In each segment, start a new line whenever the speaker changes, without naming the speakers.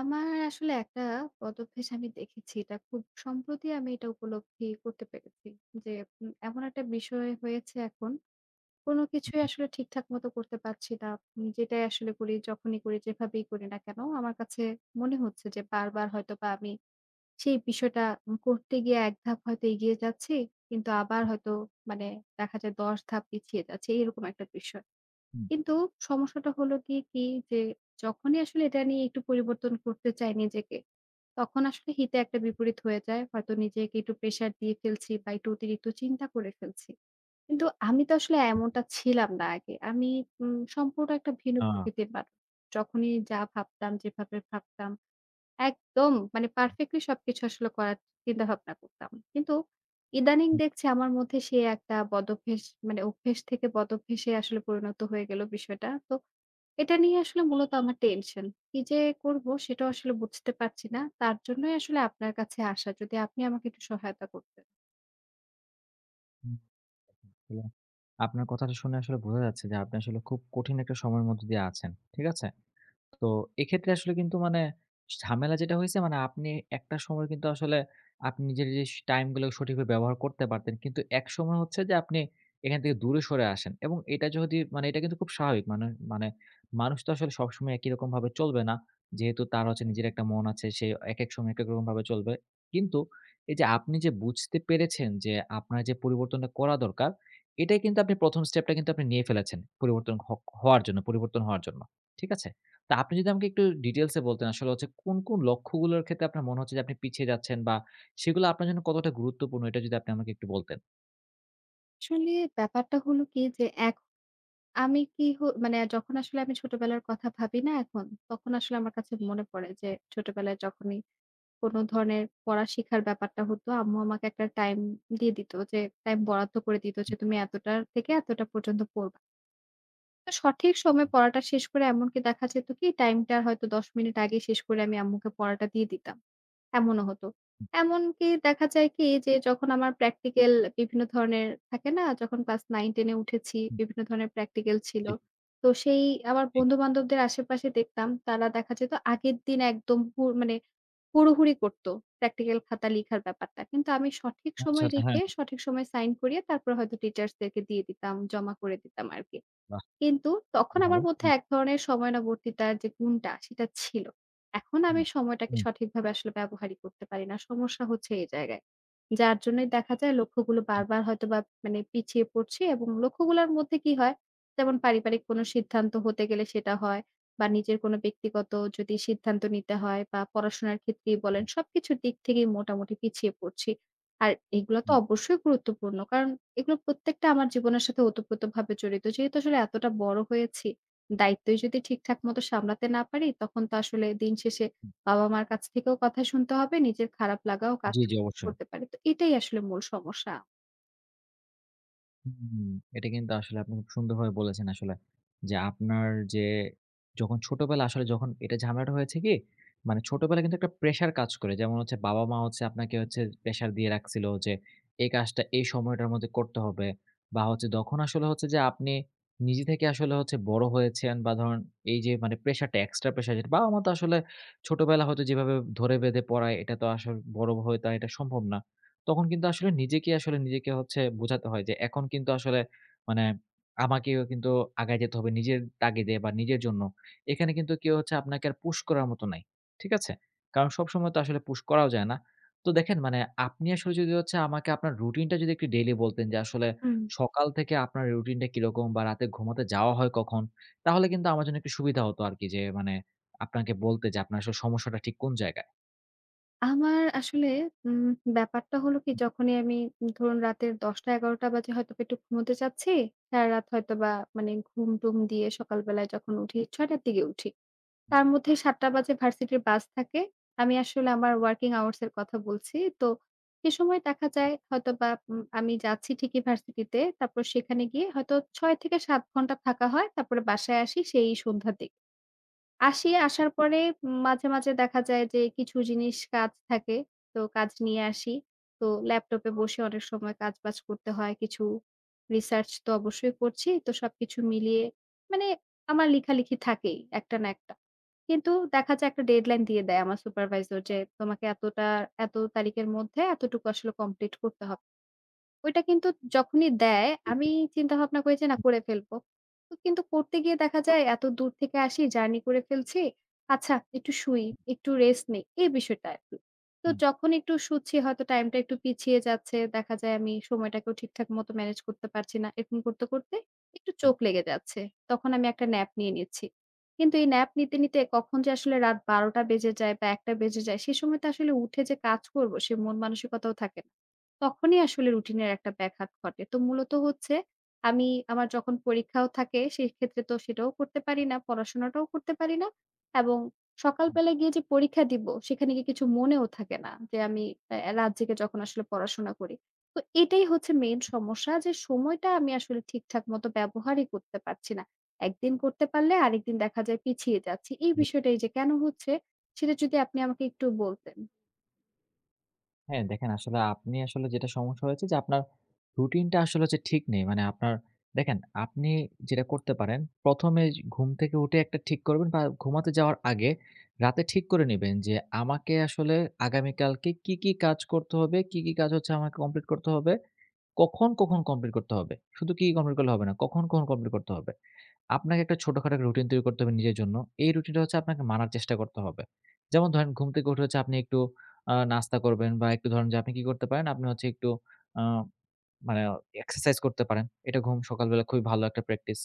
আমার আসলে একটা পদভ্যাস আমি দেখেছি। এটা খুব সম্প্রতি আমি এটা উপলব্ধি করতে পেরেছি। যে এমন একটা বিষয় হয়েছে এখন, কোন কিছুই আসলে ঠিকঠাক মতো করতে পারছি না। যেটাই আসলে করি, যখনই করি, যেভাবেই করি না কেন, আমার কাছে মনে হচ্ছে যে বারবার হয়তোবা আমি সেই বিষয়টা করতে গিয়ে ১ ধাপ হয়তো এগিয়ে যাচ্ছি। কিন্তু আবার হয়তো মানে দেখা যায় ১০ ধাপ পিছিয়ে যাচ্ছি। এরকম একটা বিষয়।
হুম,
কিন্তু সমস্যাটা হলো গিয়ে কি যে, যখনই আসলে এটা নিয়ে একটু পরিবর্তন করতে চাই নিজেকে তখন আসলে হিতে একটা বিপরীত হয়ে যায়। হয়তো নিজেকে একটু প্রেশার দিয়ে ফেলছি বা একটু অতিরিক্ত চিন্তা করে ফেলছি। কিন্তু আমি তো আসলে এমনটা ছিলাম না আগে। আমি সম্পূর্ণ একটা ভিন্ন
আ
প্রকৃতির মানুষ। যখনই যা ভাবতাম, যেভাবে ভাবতাম একদম মানে পারফেক্টলি সবকিছু আসলে করার চিন্তা ভাবনা করতাম। কিন্তু ইদানিং
হুম,
দেখছি আমার মধ্যে সে একটা বদভ্যাস মানে অভ্যেস থেকে বদভ্যাসে আসলে পরিণত হয়ে গেল বিষয়টা। তো এটা নিয়ে আসলে মূলত আমার টেনশন। কি যে করব সেটাও আসলে বুঝতে পারছি না। তার জন্যই আসলে আপনার কাছে আসা। যদি আপনি আমাকে একটু সহায়তা করতেন।
হুম, আসলে আপনার কথাটা শুনে আসলে বোঝা যাচ্ছে যে আপনি আসলে খুব কঠিন একটা সময়ের মধ্য দিয়ে আছেন। ঠিক আছে? তো এক্ষেত্রে আসলে কিন্তু মানে ঝামেলা যেটা হইছে মানে আপনি একটা সময় কিন্তু আসলে আপনি নিজের যে টাইম গুলো সঠিকভাবে ব্যবহার করতে পারতেন। কিন্তু একসময় হচ্ছে যে আপনি এখান থেকে দূরে সরে আসেন এবং এটা যদি মানে এটা কিন্তু খুব স্বাভাবিক। মানে মানে মানুষ তো আসলে সবসময় একই রকমভাবে চলবে না। যেহেতু তার হচ্ছে নিজের একটা মন আছে, সে একেক সময় একেক রকমভাবে চলবে। কিন্তু এই যে আপনি যে বুঝতে পেরেছেন যে আপনার যে পরিবর্তনটা করা দরকার, এটাই কিন্তু আপনি ১ম স্টেপটা কিন্তু আপনি নিয়ে ফেলেছেন পরিবর্তন হ হওয়ার জন্য পরিবর্তন হওয়ার জন্য। ঠিক আছে? তা আপনি যদি আমাকে একটু ডিটেইলস এ বলতেন আসলে হচ্ছে কোন, কোন লক্ষ্যগুলোর ক্ষেত্রে আপনার মনে হচ্ছে যে আপনি পিছিয়ে যাচ্ছেন বা সেগুলো আপনার জন্য কতটা গুরুত্বপূর্ণ এটা যদি আপনি আমাকে একটু বলতেন?
আসলে ব্যাপারটা হলো কি যে এক আমি কি হ মানে যখন আসলে আমি ছোটবেলার কথা ভাবি না এখন, তখন আসলে আমার কাছে মনে পড়ে যে ছোটবেলায় যখনই কোন ধরনের পড়া শিখার ব্যাপারটা হতো, আম্মু আমাকে একটা টাইম দিয়ে দিত যে টাইম বরাদ্দ করে দিত
হুম,
যে, "তুমি এতটা থেকে এতটা পর্যন্ত পড়বা।" তো সঠিক সময়ে পড়াটা শেষ করে এমনকি দেখা যেত কি টাইমটার হয়তো ১০ মিনিট আগে শেষ করে আমি আম্মুকে পড়াটা দিয়ে দিতাম। এমনও হতো। এমনকি দেখা যায় কি যে যখন আমার প্র্যাকটিক্যাল বিভিন্ন ধরনের থাকে না? যখন ক্লাস ৯-১০ এ উঠেছি
হুম,
বিভিন্ন ধরনের প্র্যাকটিক্যাল ছিল।
জি,
তো সেই আমার
জি।
বন্ধু-বান্ধবদের আশেপাশে দেখতাম তারা দেখা যেত আগের দিন একদম মানে হুড়োহুড়ি করত প্র্যাকটিক্যাল খাতা লিখার ব্যাপারটা। কিন্তু আমি সঠিক
আচ্ছা,
সময়
আচ্ছা। হ্যাঁ,
লিখে,
হ্যাঁ।
সঠিক সময়ে সাইন করিয়ে তারপরে হয়তো টিচার্স দেরকে দিয়ে দিতাম, জমা করে দিতাম আরকি।
বাহ!
কিন্তু তখন
ভালো।
আমার মধ্যে
হুম,
এক ধরনের সময়ানুবর্তিতার যে গুণটা সেটা ছিল। এখন
হুম,
আমি সময়টাকে
হুম,
সঠিকভাবে আসলে ব্যবহারই করতে পারি না। সমস্যা হচ্ছে এই জায়গায়। যার জন্যই দেখা যায় লক্ষ্যগুলো
হুম,
বারবার হয়তোবা মানে পিছিয়ে পড়ছি এবং লক্ষ্যগুলোর মধ্যে কি হয়, যেমন পারিবারিক কোনো সিদ্ধান্ত হতে গেলে সেটা হয় বা নিজের কোনো ব্যক্তিগত যদি সিদ্ধান্ত নিতে হয় বা পড়াশোনার ক্ষেত্রেই বলেন,
হুম,
সবকিছুর দিক থেকেই মোটামুটি পিছিয়ে পড়ছি। আর এগুলো তো
হুম,
অবশ্যই গুরুত্বপূর্ণ। কারণ এগুলো প্রত্যেকটা আমার জীবনের সাথে ওতপ্রোতভাবে জড়িত। যেহেতু আসলে এতটা বড় হয়েছি, দায়িত্বই যদি ঠিকঠাক মতো সামলাতে না পারি, তখন তো আসলে দিন শেষে
হুম।
বাবা-মার কাছ থেকেও কথা শুনতে হবে, নিজের খারাপ লাগাও কাজ
জি, জি অবশ্যই।
করতে পারি। তো এটাই আসলে মূল সমস্যা।
হুম, এটা কিন্তু আসলে আপনি খুব সুন্দরভাবে বলেছেন আসলে। যে আপনার যে যখন ছোটবেলা আসলে যখন এটা ঝামেলাটা হয়েছে কি? মানে ছোটবেলায় কিন্তু একটা প্রেশার কাজ করে। যেমন হচ্ছে বাবা-মা হচ্ছে আপনাকে হচ্ছে প্রেশার দিয়ে রাখছিল যে এই কাজটা এই সময়টার মধ্যে করতে হবে। বা হচ্ছে তখন আসলে হচ্ছে যে আপনি নিজে থেকে আসলে হচ্ছে বড় হয়েছেন বা ধরেন এই যে মানে প্রেশারটা এক্সট্রা প্রেশার যেটা বাবা-মা তো আসলে ছোটবেলা হয়তো যেভাবে ধরে বেঁধে পড়ায় এটা তো আসলে বড় হয়ে তো আর এটা সম্ভব না। তখন কিন্তু আসলে নিজেকে হচ্ছে বোঝাতে হয় যে এখন কিন্তু আসলে মানে আমাকেও কিন্তু আগায় যেতে হবে নিজের তাগিদে বা নিজের জন্য। এখানে কিন্তু কেউ হচ্ছে আপনাকে আর পুশ করার মতো নাই। ঠিক আছে? কারণ সবসময় তো আসলে পুশ করাও যায় না। তো দেখেন মানে আপনি আসলে যদি হচ্ছে আমাকে আপনার রুটিনটা যদি একটু ডেইলি বলতেন যে আসলে
হুম।
সকাল থেকে আপনার রুটিনটা কিরকম বা রাতে ঘুমাতে যাওয়া হয় কখন? তাহলে কিন্তু আমার জন্য একটু সুবিধা হতো আরকি যে মানে আপনাকে বলতে যে আপনার আসলে সমস্যাটা ঠিক কোন জায়গায়?
আমার আসলে উম ব্যাপারটা হলো কি যখনই আমি ধরুন রাতের ১০টা-১১টা বাজে হয়তোবা একটু ঘুমোতে যাচ্ছি। সারারাত হয়তোবা মানে ঘুম-টুম দিয়ে সকালবেলায় যখন উঠি ৬ঃ০০ র দিকে উঠি।
হুম,
তার মধ্যে ৭ঃ০০ বাজে ভার্সিটির বাস থাকে। আমি আসলে আমার ওয়ার্কিং আওয়ার্স এর কথা বলছি। তো সে সময় দেখা যায় হয়তোবা আমি যাচ্ছি ঠিকই ভার্সিটিতে। তারপর সেখানে গিয়ে হয়তো ৬ থেকে ৭ ঘন্টা থাকা হয়। তারপরে বাসায় আসি সেই সন্ধ্যার দিকে। আসি, আসার পরে মাঝে, মাঝে দেখা যায় যে কিছু জিনিস কাজ থাকে। তো কাজ নিয়ে আসি। তো ল্যাপটপে বসে অনেক সময় কাজবাজ করতে হয়। কিছু রিসার্চ তো অবশ্যই করছি। তো সবকিছু মিলিয়ে মানে আমার লিখালিখি থাকেই একটা না একটা। কিন্তু দেখা যায় একটা ডেডলাইন দিয়ে দেয় আমার সুপারভাইজার যে, "তোমাকে এতটা এত তারিখের মধ্যে এতটুকু আসলে কমপ্লিট করতে হবে।" ওইটা কিন্তু যখনই দেয় আমি চিন্তা ভাবনা করি যে, "না করে ফেলবো।" তো কিন্তু করতে গিয়ে দেখা যায় এত দূর থেকে আসি, জার্নি করে ফেলছি। আচ্ছা একটু শুই, একটু রেস্ট নেই। এই বিষয়টা আরকি। তো
হুম,
যখন একটু শুচ্ছি হয়তো টাইমটা একটু পিছিয়ে যাচ্ছে। দেখা যায় আমি সময়টাকেও ঠিকঠাক মতো ম্যানেজ করতে পারছি না। এরকম করতে, করতে একটু
হুম,
চোখ লেগে যাচ্ছে। তখন আমি একটা ন্যাপ নিয়ে নিচ্ছি। কিন্তু এই ন্যাপ নিতে, নিতে কখন যে আসলে রাত ১২ঃ০০ বেজে যায় বা ১ঃ০০ বেজে যায় সে সময় তো আসলে উঠে যে কাজ করব সে মন মানসিকতাও থাকে না। তখনই আসলে রুটিনের একটা ব্যাঘাত ঘটে। তো মূলত হচ্ছে আমি আমার যখন পরীক্ষাও থাকে সেক্ষেত্রে তো সেটাও করতে পারি না, পড়াশোনাটাও করতে পারি না এবং
হুম,
সকালবেলা গিয়ে যে পরীক্ষা দিব সেখানে গিয়ে কিছু মনেও থাকে না যে আমি রাত জেগে যখন আসলে পড়াশোনা করি। তো এটাই হচ্ছে মেইন সমস্যা যে সময়টা আমি আসলে ঠিকঠাক মতো ব্যবহারই করতে পারছি না। একদিন করতে পারলে আরেকদিন দেখা যায় পিছিয়ে যাচ্ছি। এই
হুম।
বিষয়টা এই যে কেন হচ্ছে সেটা যদি আপনি আমাকে একটু বলতেন।
হ্যাঁ, দেখেন আসলে আপনি আসলে যেটা সমস্যা হয়েছে যে আপনার রুটিনটা আসলে হচ্ছে ঠিক নেই। মানে আপনার দেখেন আপনি যেটা করতে পারেন ১ম এ ঘুম থেকে উঠে একটা ঠিক করবেন বা ঘুমাতে যাওয়ার আগে রাতে ঠিক করে নিবেন যে আমাকে আসলে আগামীকালকে কি, কি কাজ করতে হবে, কি, কি কাজ হচ্ছে আমাকে কমপ্লিট করতে হবে, কখন, কখন কমপ্লিট করতে হবে। শুধু কি কমপ্লিট করলে হবে না, কখন, কখন কমপ্লিট করতে হবে। আপনাকে একটা ছোটখাটো রুটিন তৈরি করতে হবে নিজের জন্য। এই রুটিনটা হচ্ছে আপনাকে মানার চেষ্টা করতে হবে। যেমন ধরেন ঘুম থেকে উঠে হচ্ছে আপনি একটু নাস্তা করবেন বা একটু ধরেন যে আপনি কি করতে পারেন? আপনি হচ্ছে একটু আ মানে এক্সারসাইজ করতে পারেন। এটা ঘুম সকালবেলা খুবই ভালো একটা প্র্যাকটিস।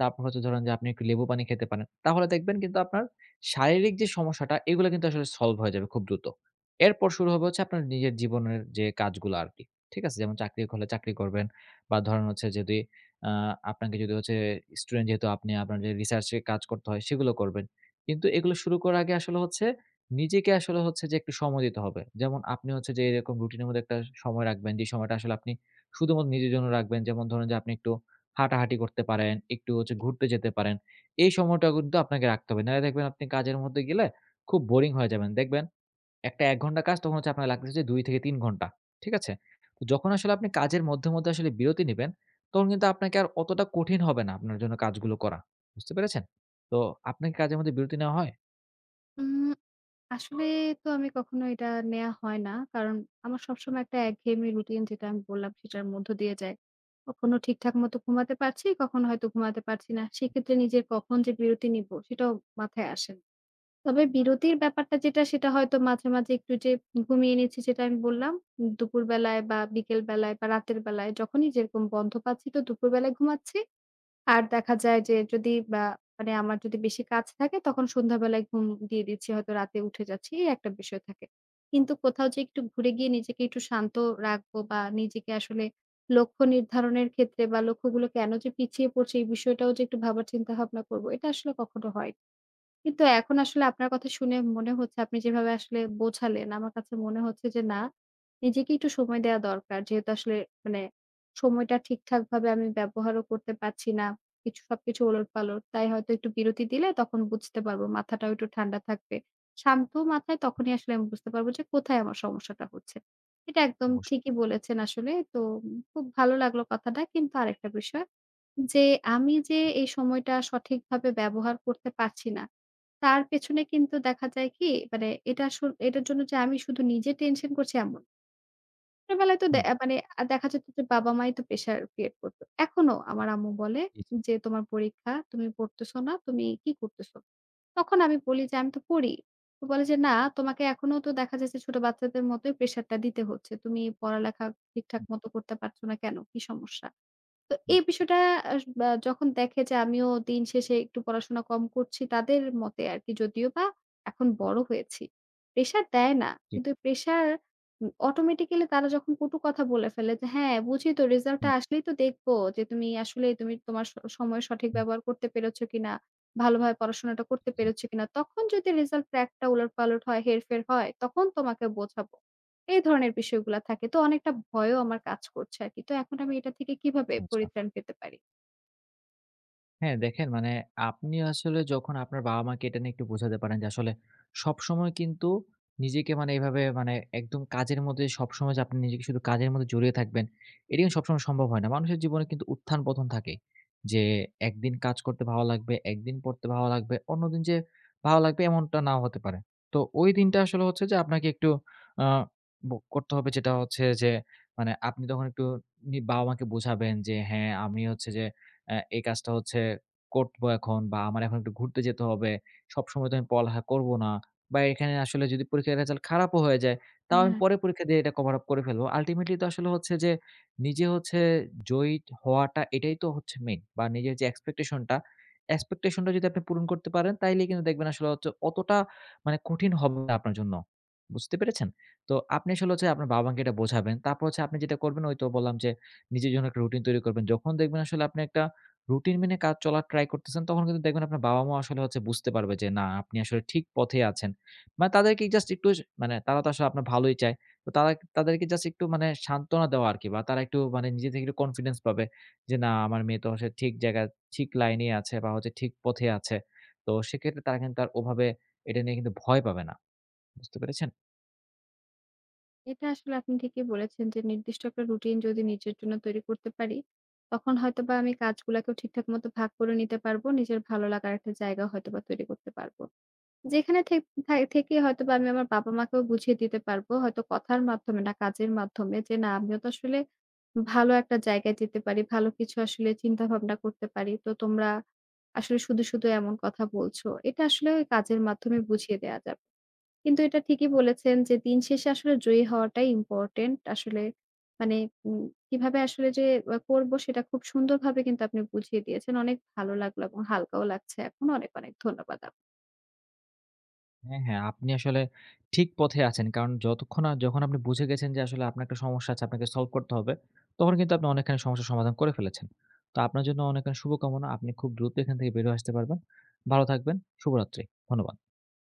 তারপর হচ্ছে ধরেন যে আপনি একটু লেবু পানি খেতে পারেন। তাহলে দেখবেন কিন্তু আপনার শারীরিক যে সমস্যাটা এগুলা কিন্তু আসলে সলভ হয়ে যাবে খুব দ্রুত। এরপর শুরু হবে হচ্ছে আপনার নিজের জীবনের যে কাজগুলা আরকি। ঠিক আছে? যেমন চাকরি হলে চাকরি করবেন বা ধরেন হচ্ছে যদি আ আপনাকে যদি হচ্ছে স্টুডেন্ট যেহেতু আপনি আপনার যে রিসার্চ এ কাজ করতে হয় সেগুলো করবেন। কিন্তু এগুলো শুরু করার আগে আসলে হচ্ছে নিজেকে আসলে হচ্ছে যে একটু সময় দিতে হবে। যেমন আপনি হচ্ছে যে এরকম রুটিনের মধ্যে একটা সময় রাখবেন যে সময়টা আসলে আপনি শুধুমাত্র নিজের জন্য রাখবেন। যেমন ধরেন যে আপনি একটু হাঁটাহাঁটি করতে পারেন, একটু হচ্ছে ঘুরতে যেতে পারেন। এই সময়টা কিন্তু আপনাকে রাখতে হবে। নাহলে দেখবেন আপনি কাজের মধ্যে গেলে খুব বোরিং হয়ে যাবেন। দেখবেন একটা ১ ঘন্টা কাজ তখন হচ্ছে আপনার লাগতেছে ২ থেকে ৩ ঘন্টা। ঠিক আছে? তো যখন আসলে আপনি কাজের মধ্যে, মধ্যে আসলে বিরতি নিবেন, তখন কিন্তু আপনাকে আর অতটা কঠিন হবে না আপনার জন্য কাজগুলো করা। বুঝতে পেরেছেন? তো আপনার কি কাজের মধ্যে বিরতি নেওয়া হয়?
উম আসলে তো আমি কখনো এটা নেয়া হয় না। কারণ আমার সবসময় একটা একঘেয়েমি রুটিন যেটা আমি বললাম সেটার মধ্য দিয়ে যায়। কখনো ঠিকঠাক মতো ঘুমাতে পারছি, কখনো হয়তো ঘুমাতে পারছি না। সেক্ষেত্রে নিজের কখন যে বিরতি নিবো সেটাও মাথায় আসে না। তবে বিরতির ব্যাপারটা যেটা সেটা হয়তো মাঝে, মাঝে একটু যে ঘুমিয়ে নিচ্ছি সেটা আমি বললাম। দুপুরবেলায় বা বিকেল বেলায় বা রাতের বেলায় যখনই যেরকম বন্ধ পাচ্ছি তো দুপুরবেলায় ঘুমাচ্ছি। আর দেখা যায় যে যদি বা মানে আমার যদি বেশি কাজ থাকে তখন সন্ধ্যাবেলায় ঘুম দিয়ে দিচ্ছি হয়তো রাতে উঠে যাচ্ছি এই একটা বিষয় থাকে। কিন্তু কোথাও যে একটু ঘুরে গিয়ে নিজেকে একটু শান্ত রাখবো বা নিজেকে আসলে লক্ষ্য নির্ধারণের ক্ষেত্রে বা লক্ষ্যগুলো কেন যে পিছিয়ে পড়ছে এই বিষয়টাও যে একটু ভাবার চিন্তা ভাবনা করব এটা আসলে কখনো হয় কিন্তু এখন আসলে আপনার কথা শুনে মনে হচ্ছে আপনি যেভাবে আসলে বোঝালেন, আমার কাছে মনে হচ্ছে যে না, নিজেকে একটু সময় দেয়া দরকার। যেহেতু আসলে মানে সময়টা ঠিকঠাকভাবে আমি ব্যবহারও করতে পারছি না। কিছু সবকিছু ওলটপালট। তাই হয়তো একটু বিরতি দিলে তখন বুঝতে পারবো। মাথাটাও একটু ঠান্ডা থাকবে। শান্ত মাথায় তখনই আসলে আমি বুঝতে পারবো যে কোথায় আমার সমস্যাটা হচ্ছে। এটা একদম
অবশ্যই।
ঠিকই বলেছেন আসলে। তো খুব ভালো লাগলো কথাটা। কিন্তু আরেকটা বিষয় যে আমি যে এই সময়টা সঠিকভাবে ব্যবহার করতে পারছি না, তার পেছনে কিন্তু দেখা যায় কি মানে এটা এটার জন্য যে আমি শুধু নিজে টেনশন করছি এমন। না। ছোটবেলায় তো
হুম।
মানে দেখা যেত যে বাবা-মাই তো প্রেশার ক্রিয়েট করত। এখনো আমার আম্মু বলে
জি, জি।
যে, "তোমার পরীক্ষা, তুমি পড়তেছো না, তুমি কি করতেছো?" তখন আমি বলি যে, "আমি তো পড়ি।" তো বলে যে, "না তোমাকে এখনো তো দেখা যাচ্ছে ছোট বাচ্চাদের মতোই প্রেশারটা দিতে হচ্ছে। তুমি পড়ালেখা ঠিকঠাক
হুম,
মতো করতে পারছো না কেন? কি সমস্যা?" তো
হুম।
এই বিষয়টা বা যখন দেখে যে আমিও দিন শেষে একটু পড়াশোনা কম করছি তাদের মতে আরকি যদিও বা এখন বড় হয়েছি। প্রেশার দেয় না।
জি,
কিন্তু প্রেশার অটোমেটিক্যালি তারা যখন কটু কথা বলে ফেলে যে, "হ্যাঁ, বুঝি তো রেজাল্টটা
হুম,
আসলেই তো দেখব যে তুমি আসলেই তুমি তোমার সময় সঠিক
হুম।
ব্যবহার করতে পেরেছ কিনা, ভালোভাবে পড়াশোনাটা করতে
জি।
পেরেছ কিনা।" তখন যদি রেজাল্টের একটা উলট-পালট হয়, হেরফের হয়, তখন তোমাকে বোঝাবো। এই ধরনের বিষয়গুলা থাকে। তো অনেকটা ভয়ও আমার কাজ করছে আরকি। তো এখন আমি এটা থেকে কিভাবে
আচ্ছা, আচ্ছা।
পরিত্রাণ পেতে পারি?
হ্যাঁ, দেখেন মানে আপনি আসলে যখন আপনার বাবা-মাকে এটা নিয়ে একটু বোঝাতে পারেন যে আসলে সবসময় কিন্তু নিজেকে মানে এভাবে মানে একদম কাজের মধ্যে সবসময় যে আপনি নিজেকে শুধু কাজের মধ্যে জড়িয়ে থাকবেন, এটা কিন্তু সবসময় সম্ভব হয় না। মানুষের জীবনে কিন্তু উত্থান-পতন থাকে। যে একদিন কাজ করতে ভালো লাগবে, একদিন পড়তে ভালো লাগবে, অন্যদিন যে ভালো লাগবে এমনটা নাও হতে পারে। তো ওই দিনটা আসলে হচ্ছে যে আপনাকে একটু আ ভোগ করতে হবে যেটা হচ্ছে যে মানে আপনি তখন একটু বাবা-মাকে বোঝাবেন যে হ্যাঁ, আমি হচ্ছে যে এই কাজটা হচ্ছে করব এখন বা আমার এখন একটু ঘুরতে যেতে হবে। সবসময় তো আমি পড়ালেখা করব না। বা এখানে আসলে যদি পরীক্ষার রেজাল্ট খারাপও হয়ে যায়, তাও আমি
হ্যাঁ।
পরে পরীক্ষা দিয়ে এটা কভার আপ করে ফেলব। আল্টিমেটলি তো আসলে হচ্ছে যে নিজে হচ্ছে জয়ী হওয়াটা এটাই তো হচ্ছে মেইন বা নিজের যে এক্সপেকটেশন টা যদি আপনি পূরণ করতে পারেন তাইলে কিন্তু দেখবেন আসলে হচ্ছে অতটা মানে কঠিন হবে না আপনার জন্য। বুঝতে পেরেছেন? তো আপনি আসলে হচ্ছে আপনার বাবা-মাকে এটা বোঝাবেন। তারপর হচ্ছে আপনি যেটা করবেন ওই তো বললাম যে নিজের জন্য একটা রুটিন তৈরি করবেন। যখন দেখবেন আসলে আপনি একটা রুটিন মেনে কাজ চলা ট্রাই করতেছেন, তখন কিন্তু দেখবেন আপনার বাবা-মা আসলে হচ্ছে বুঝতে পারবে যে না, আপনি আসলে ঠিক পথে আছেন। মানে তাদেরকে জাস্ট একটু মানে তারা তো আসলে আপনার ভালোই চায়। তো তাদেরকে জাস্ট একটু মানে সান্ত্বনা দেওয়া আরকি বা তারা একটু মানে নিজে থেকে একটু কনফিডেন্স পাবে যে না, আমার মেয়ে তো আসলে ঠিক জায়গায়, ঠিক লাইনেই আছে বা হচ্ছে ঠিক পথে আছে। তো সেক্ষেত্রে তারা কিন্তু আর ওভাবে এটা নিয়ে কিন্তু ভয় পাবে না। বুঝতে পেরেছেন?
এটা আসলে আপনি ঠিকই বলেছেন যে নির্দিষ্ট একটা রুটিন যদি নিজের জন্য তৈরি করতে পারি, তখন হয়তোবা আমি কাজগুলাকেও ঠিকঠাক মতো ভাগ করে নিতে পারবো। নিজের ভালো লাগার একটা জায়গা হয়তোবা তৈরি করতে পারবো। যেখানে থাই থেকে হয়তোবা আমি আমার বাবা-মাকেও বুঝিয়ে দিতে পারবো। হয়তো কথার মাধ্যমে না, কাজের মাধ্যমে যে না আমিও তো আসলে ভালো একটা জায়গায় যেতে পারি। ভালো কিছু আসলে চিন্তাভাবনা করতে পারি। তো তোমরা আসলে শুধু এমন কথা বলছো। এটা আসলে ওই কাজের মাধ্যমে বুঝিয়ে দেয়া যাবে। কিন্তু এটা ঠিকই বলেছেন যে দিন শেষে আসলে জয়ী হওয়াটাই ইম্পোর্টেন্ট। আসলে মানে উম কিভাবে আসলে যে করবো সেটা খুব সুন্দরভাবে কিন্তু আপনি বুঝিয়ে দিয়েছেন। অনেক ভালো লাগলো এবং হালকাও লাগছে এখন। অনেক, অনেক ধন্যবাদ আপ
হ্যাঁ, হ্যাঁ। আপনি আসলে ঠিক পথে আছেন। কারণ যতক্ষণ না যখন আপনি বুঝে গেছেন যে আসলে আপনার একটা সমস্যা আছে, আপনাকে সলভ করতে হবে, তখন কিন্তু আপনি অনেকখানি সমস্যার সমাধান করে ফেলেছেন। তো আপনার জন্য অনেকখানি শুভকামনা। আপনি খুব দ্রুত এখান থেকে বের হয়ে আসতে পারবেন। ভালো থাকবেন। শুভরাত্রি। ধন্যবাদ।